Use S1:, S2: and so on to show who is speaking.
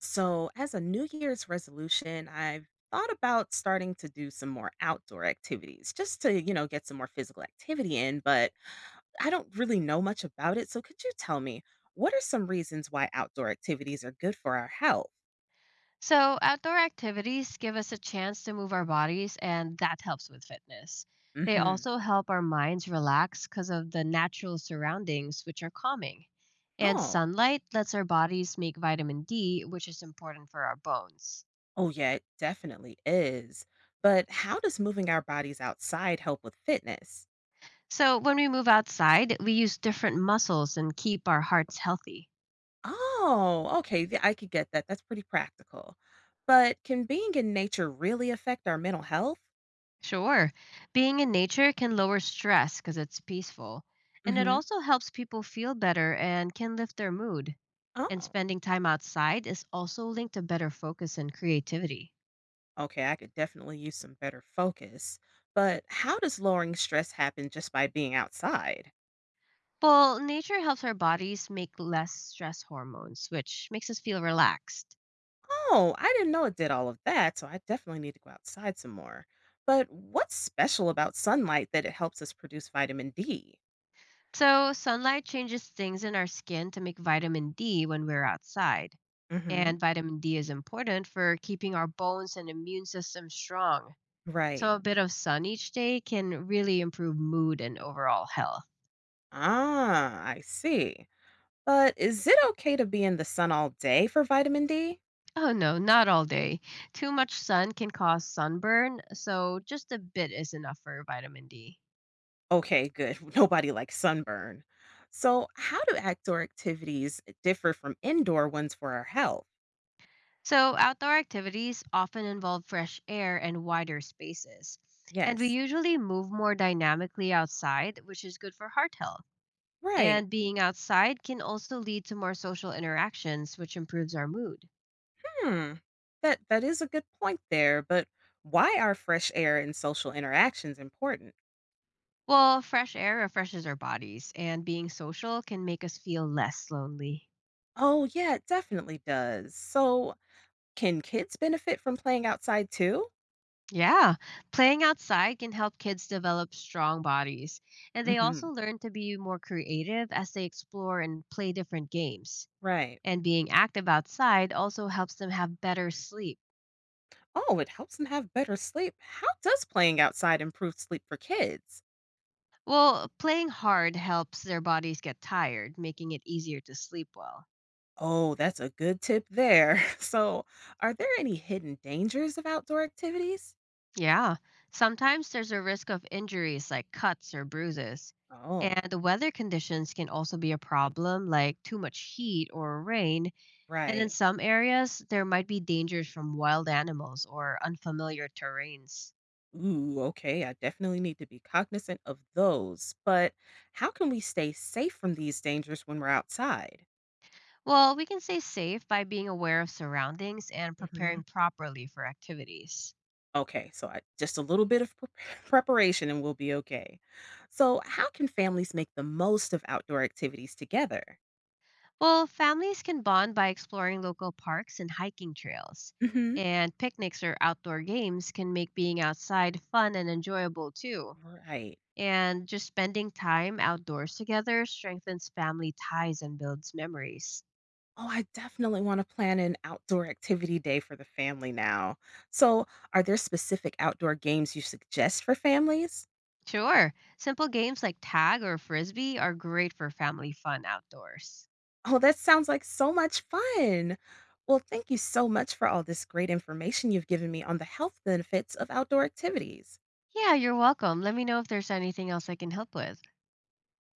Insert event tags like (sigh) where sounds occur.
S1: So, as a New Year's resolution, I've thought about starting to do some more outdoor activities just to, get some more physical activity in, but I don't really know much about it. So, could you tell me what are some reasons why outdoor activities are good for our health?
S2: So, outdoor activities give us a chance to move our bodies, and that helps with fitness. They
S1: Mhm.
S2: also help our minds relax because of the natural surroundings, which are calming. And
S1: Oh.
S2: sunlight lets our bodies make vitamin D, which is important for our bones.
S1: Oh yeah, it definitely is. But how does moving our bodies outside help with fitness?
S2: So, when we move outside, we use different muscles and keep our hearts healthy.
S1: Oh, okay, yeah, I could get that. That's pretty practical. But can being in nature really affect our mental health?
S2: Sure, being in nature can lower stress because it's peaceful. And it
S1: Mhm.
S2: also helps people feel better and can lift their mood. And
S1: Oh,
S2: spending time outside is also linked to better focus and creativity.
S1: okay. I could definitely use some better focus. But how does lowering stress happen just by being outside?
S2: Well, nature helps our bodies make less stress hormones, which makes us feel relaxed.
S1: Oh, I didn't know it did all of that, so I definitely need to go outside some more. But what's special about sunlight that it helps us produce vitamin D?
S2: So, sunlight changes things in our skin to make vitamin D when we're outside.
S1: Hmm.
S2: And vitamin D is important for keeping our bones and immune system strong.
S1: Right.
S2: So, a bit of sun each day can really improve mood and overall health.
S1: Ah, I see. But is it okay to be in the sun all day for vitamin D?
S2: Oh, no, not all day. Too much sun can cause sunburn, so just a bit is enough for vitamin D.
S1: Okay, good. (laughs) Nobody likes sunburn. So, how do outdoor activities differ from indoor ones for our health?
S2: So, outdoor activities often involve fresh air and wider spaces. And we
S1: Yes.
S2: usually move more dynamically outside, which is good for heart health.
S1: Right.
S2: And being outside can also lead to more social interactions, which improves our mood.
S1: Hmm. That is a good point there, but why are fresh air and social interactions important?
S2: Well, fresh air refreshes our bodies, and being social can make us feel less lonely.
S1: Oh, yeah, it definitely does. So, can kids benefit from playing outside too?
S2: Yeah, playing outside can help kids develop strong bodies, and they also
S1: Mhm.
S2: learn to be more creative as they explore and play different games.
S1: Right.
S2: And being active outside also helps them have better sleep.
S1: Oh, it helps them have better sleep. How does playing outside improve sleep for kids?
S2: Well, playing hard helps their bodies get tired, making it easier to sleep well.
S1: Oh, that's a good tip there. (laughs) So, are there any hidden dangers of outdoor activities?
S2: Yeah, sometimes there's a risk of injuries like cuts or bruises.
S1: Oh,
S2: And the weather conditions can also be a problem, like too much heat or rain. And in
S1: right.
S2: some areas, there might be dangers from wild animals or unfamiliar terrains.
S1: Ooh, okay. I definitely need to be cognizant of those. But how can we stay safe from these dangers when we're outside?
S2: Well, we can stay safe by being aware of surroundings and
S1: Hmm.
S2: preparing properly for activities.
S1: Okay, so I, just a little bit of (laughs) preparation and we'll be okay. So, how can families make the most of outdoor activities together?
S2: Well, families can bond by exploring local parks and hiking trails.
S1: Hmm.
S2: And picnics or outdoor games can make being outside fun and enjoyable too.
S1: Right.
S2: And just spending time outdoors together strengthens family ties and builds memories.
S1: Oh, I definitely want to plan an outdoor activity day for the family now. So, are there specific outdoor games you suggest for families?
S2: Sure. Simple games like tag or frisbee are great for family fun outdoors.
S1: Oh, that sounds like so much fun. Well, thank you so much for all this great information you've given me on the health benefits of outdoor activities.
S2: Yeah, you're welcome. Let me know if there's anything else I can help with.